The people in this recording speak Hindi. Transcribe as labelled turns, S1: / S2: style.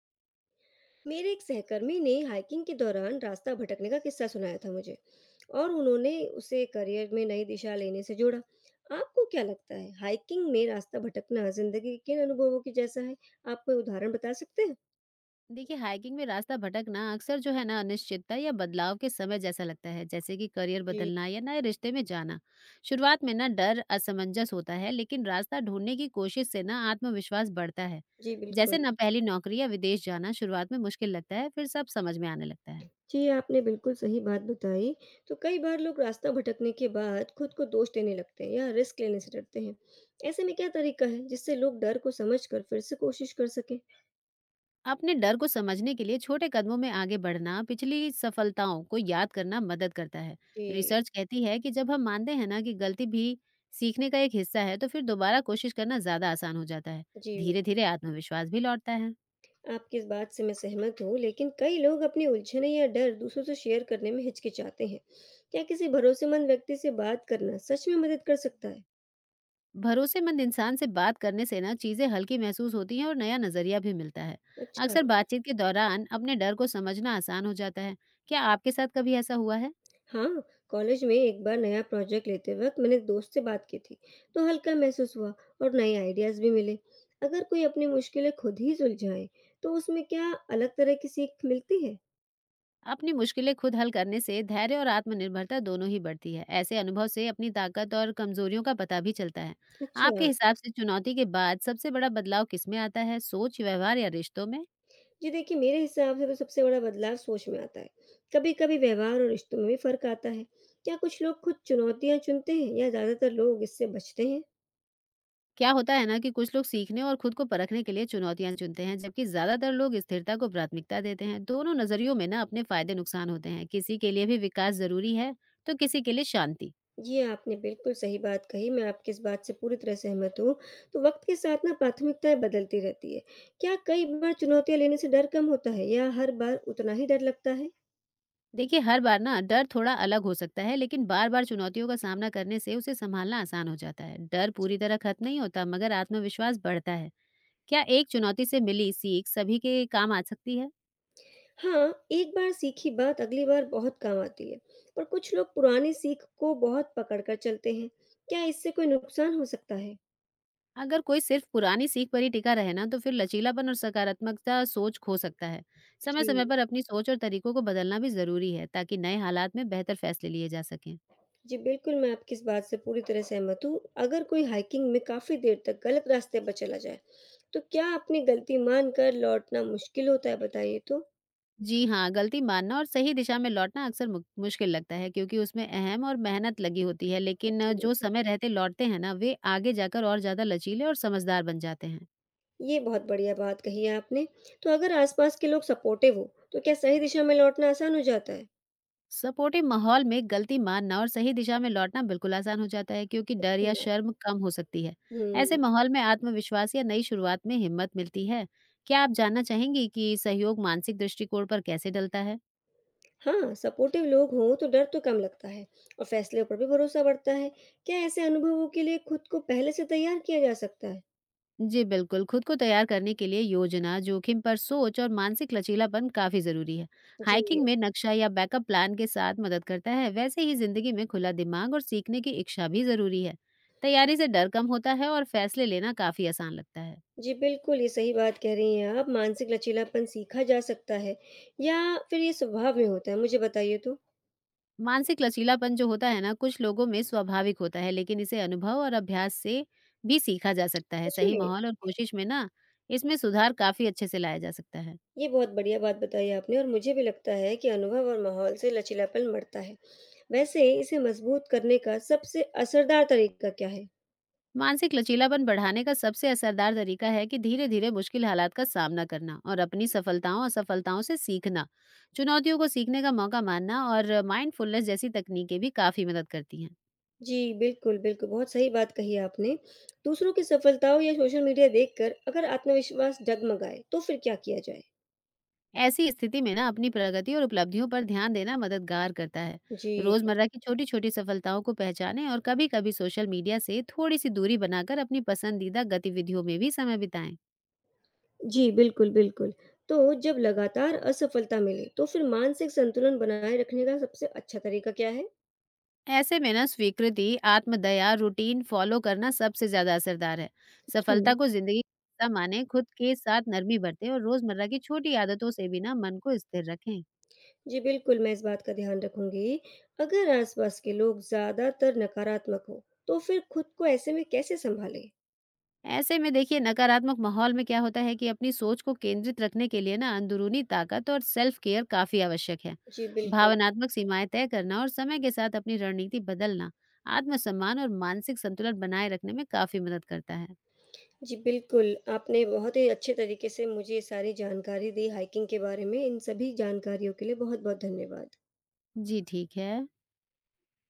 S1: मेरे एक सहकर्मी ने हाइकिंग के दौरान रास्ता भटकने का किस्सा सुनाया था मुझे। और उन्होंने उसे करियर में नई दिशा लेने से जोड़ा। आपको क्या लगता है हाइकिंग में रास्ता भटकना जिंदगी के किन अनुभवों के जैसा है? आप कोई उदाहरण बता सकते हैं?
S2: देखिए हाइकिंग में रास्ता भटकना अक्सर जो है ना अनिश्चितता या बदलाव के समय जैसा लगता है। जैसे कि करियर
S1: जी।
S2: बदलना या नए रिश्ते में जाना। शुरुआत में ना डर असमंजस होता है लेकिन रास्ता ढूंढने की कोशिश से ना आत्मविश्वास बढ़ता है।
S1: जी
S2: जैसे
S1: बिल्कुल।
S2: ना पहली नौकरी या विदेश जाना शुरुआत में मुश्किल लगता है फिर सब समझ में आने लगता है।
S1: जी आपने बिल्कुल सही बात बताई। तो कई बार लोग रास्ता भटकने के बाद खुद को दोष देने लगते हैं या रिस्क लेने से डरते हैं। ऐसे में क्या तरीका है जिससे लोग डर को समझकर फिर से कोशिश कर सकें?
S2: अपने डर को समझने के लिए छोटे कदमों में आगे बढ़ना पिछली सफलताओं को याद करना मदद करता है।
S1: जी।
S2: रिसर्च कहती है कि जब हम मानते हैं ना कि गलती भी सीखने का एक हिस्सा है तो फिर दोबारा कोशिश करना ज्यादा आसान हो जाता है।
S1: जी
S2: धीरे धीरे आत्मविश्वास भी लौटता है।
S1: आपकी इस बात से मैं सहमत हूँ, लेकिन कई लोग अपनी उलझनें या डर दूसरों से शेयर करने में हिचकिचाते हैं। क्या किसी भरोसेमंद व्यक्ति से बात करना सच में मदद कर सकता है?
S2: भरोसेमंद इंसान से बात करने से ना चीजें हल्की महसूस होती हैं और नया नजरिया भी मिलता है।
S1: अच्छा,
S2: अक्सर बातचीत के दौरान अपने डर को समझना आसान हो जाता है। क्या आपके साथ कभी ऐसा हुआ है?
S1: हाँ, कॉलेज में एक बार नया प्रोजेक्ट लेते वक्त मैंने दोस्त से बात की थी, तो हल्का महसूस हुआ और नए आइडियाज भी मिले। अगर कोई अपनी मुश्किलें खुद ही सुलझाए, तो उसमें क्या अलग तरह की सीख मिलती है?
S2: अपनी मुश्किलें खुद हल करने से धैर्य और आत्मनिर्भरता दोनों ही बढ़ती है। ऐसे अनुभव से अपनी ताकत और कमजोरियों का पता भी चलता है।
S1: अच्छा।
S2: आपके हिसाब से चुनौती के बाद सबसे बड़ा बदलाव किसमें आता है, सोच, व्यवहार या रिश्तों में?
S1: जी देखिए, मेरे हिसाब से तो सबसे बड़ा बदलाव सोच में आता है। कभी-कभी व्यवहार और रिश्तों में भी फ़र्क आता है। क्या कुछ लोग खुद चुनौतियाँ चुनते हैं या ज़्यादातर लोग इससे बचते हैं?
S2: क्या होता है ना कि कुछ लोग सीखने और खुद को परखने के लिए चुनौतियां चुनते हैं जबकि ज्यादातर लोग स्थिरता को प्राथमिकता देते हैं। दोनों नजरियों में ना अपने फायदे नुकसान होते हैं। किसी के लिए भी विकास जरूरी है तो किसी के लिए शांति।
S1: ये आपने बिल्कुल सही बात कही, मैं आपकी इस बात से पूरी तरह सहमत हूँ। तो वक़्त के साथ ना प्राथमिकताएँ बदलती रहती है। क्या कई बार चुनौतियाँ लेने से डर कम होता है या हर बार उतना ही डर लगता है?
S2: देखिए हर बार ना डर थोड़ा अलग हो सकता है लेकिन बार बार चुनौतियों का सामना करने से उसे संभालना आसान हो जाता है। डर पूरी तरह खत्म नहीं होता मगर आत्मविश्वास बढ़ता है। क्या एक चुनौती से मिली सीख सभी के काम आ सकती है?
S1: हाँ, एक बार सीखी बात अगली बार बहुत काम आती है, पर कुछ लोग पुरानी सीख को बहुत पकड़ कर चलते हैं। क्या इससे कोई नुकसान हो सकता है?
S2: अगर कोई सिर्फ पुरानी सीख पर ही टिका रहे ना तो फिर लचीलापन और सकारात्मकता सोच खो सकता है। समय समय
S1: जी।
S2: पर अपनी सोच और तरीकों को बदलना भी जरूरी है ताकि नए हालात में बेहतर फैसले लिए जा सकें।
S1: जी, बिल्कुल, मैं आपकी इस बात से पूरी तरह सहमत हूँ। अगर कोई हाइकिंग में काफ़ी देर तक गलत रास्ते पर चला जाए, तो क्या अपनी गलती मानकर लौटना मुश्किल होता है बताइए तो?
S2: जी हाँ, गलती मानना और सही दिशा में लौटना अक्सर मु मुश्किल लगता है क्योंकि उसमें अहम और मेहनत लगी होती है, लेकिन
S1: जी,
S2: जो समय रहते लौटते हैं ना, वे आगे जाकर और ज़्यादा लचीले और समझदार बन जाते हैं।
S1: ये बहुत बढ़िया बात कही है आपने। तो अगर आस-पास के लोग सपोर्टिव हों, तो क्या सही दिशा में लौटना आसान हो जाता है?
S2: सपोर्टिव माहौल में गलती मानना और सही दिशा में लौटना बिल्कुल आसान हो जाता है क्योंकि डर या
S1: हाँ,
S2: शर्म कम हो सकती है। ऐसे
S1: हुँ।
S2: माहौल में आत्मविश्वास या नई शुरुआत में हिम्मत मिलती है। क्या आप जानना चाहेंगी कि सहयोग मानसिक दृष्टिकोण पर कैसे डलता है?
S1: हाँ, सपोर्टिव लोग हों तो डर तो कम लगता है और फैसलों पर भी भरोसा बढ़ता है। क्या ऐसे अनुभवों के लिए खुद को पहले से तैयार किया जा सकता है?
S2: जी बिल्कुल, खुद को तैयार करने के लिए योजना, जोखिम पर सोच और मानसिक लचीलापन काफ़ी ज़रूरी है।
S1: जी।
S2: हाइकिंग में नक्शा या बैकअप प्लान के साथ मदद करता है, वैसे ही ज़िंदगी में खुला दिमाग और सीखने की इच्छा भी ज़रूरी है। तैयारी से डर कम होता है और फैसले लेना काफ़ी आसान लगता है।
S1: जी, बिल्कुल, ये सही बात कह रही हैं आप। मानसिक लचीलापन सीखा जा सकता है या फिर ये स्वभाव में होता है? मुझे बताइए तो।
S2: मानसिक लचीलापन जो होता है ना, कुछ लोगों में स्वाभाविक होता है, लेकिन इसे अनुभव और अभ्यास से भी सीखा जा सकता है।
S1: सच
S2: सही
S1: में,
S2: माहौल और कोशिश में ना, इसमें सुधार काफ़ी अच्छे से लाया जा सकता है।
S1: ये बहुत बढ़िया बात बताई आपने और मुझे भी लगता है कि अनुभव और माहौल से लचीलापन बढ़ता है। वैसे इसे मजबूत करने का सबसे असरदार तरीका क्या है?
S2: मानसिक लचीलापन बढ़ाने का सबसे असरदार तरीका है कि धीरे धीरे मुश्किल हालात का सामना करना और अपनी सफलताओं असफलताओं से सीखना। चुनौतियों को सीखने का मौका मानना और माइंडफुलनेस जैसी तकनीकें भी काफी मदद करती हैं।
S1: जी, बिल्कुल, बिल्कुल, बहुत सही बात कही आपने। दूसरों की सफलताओं या सोशल मीडिया देखकर अगर आत्मविश्वास डगमगाए, तो फिर क्या किया जाए?
S2: ऐसी स्थिति में ना अपनी प्रगति और उपलब्धियों पर ध्यान देना मददगार करता है।
S1: जी।
S2: रोजमर्रा की छोटी छोटी सफलताओं को पहचानें और कभी कभी सोशल मीडिया से थोड़ी सी दूरी बनाकर अपनी पसंदीदा गतिविधियों में भी समय बिताएं।
S1: जी, बिल्कुल, बिल्कुल। तो जब लगातार असफलता मिले, तो फिर मानसिक संतुलन बनाए रखने का सबसे अच्छा तरीका क्या है?
S2: ऐसे में ना स्वीकृति, आत्मदया, रूटीन फॉलो करना सबसे ज्यादा असरदार है।
S1: हुँ।
S2: सफलता को जिंदगी का हिस्सा माने, खुद के साथ नरमी बरतें और रोजमर्रा की छोटी आदतों से भी ना मन को स्थिर रखें।
S1: जी, बिल्कुल, मैं इस बात का ध्यान रखूँगी। अगर आस-पास के लोग ज़्यादातर नकारात्मक हों, तो फिर खुद को ऐसे में कैसे सँभालें?
S2: ऐसे में देखिए नकारात्मक माहौल में क्या होता है कि अपनी सोच को केंद्रित रखने के लिए ना अंदरूनी ताकत और सेल्फ केयर काफी आवश्यक है।
S1: जी, बिल्कुल।
S2: भावनात्मक सीमाएं तय करना और समय के साथ अपनी रणनीति बदलना आत्मसम्मान और मानसिक संतुलन बनाए रखने में काफी मदद करता है।
S1: जी, बिल्कुल, आपने बहुत ही अच्छे तरीके से मुझे सारी जानकारी दी हाइकिंग के बारे में। इन सभी जानकारियों के लिए बहुत-बहुत धन्यवाद।
S2: जी ठीक है।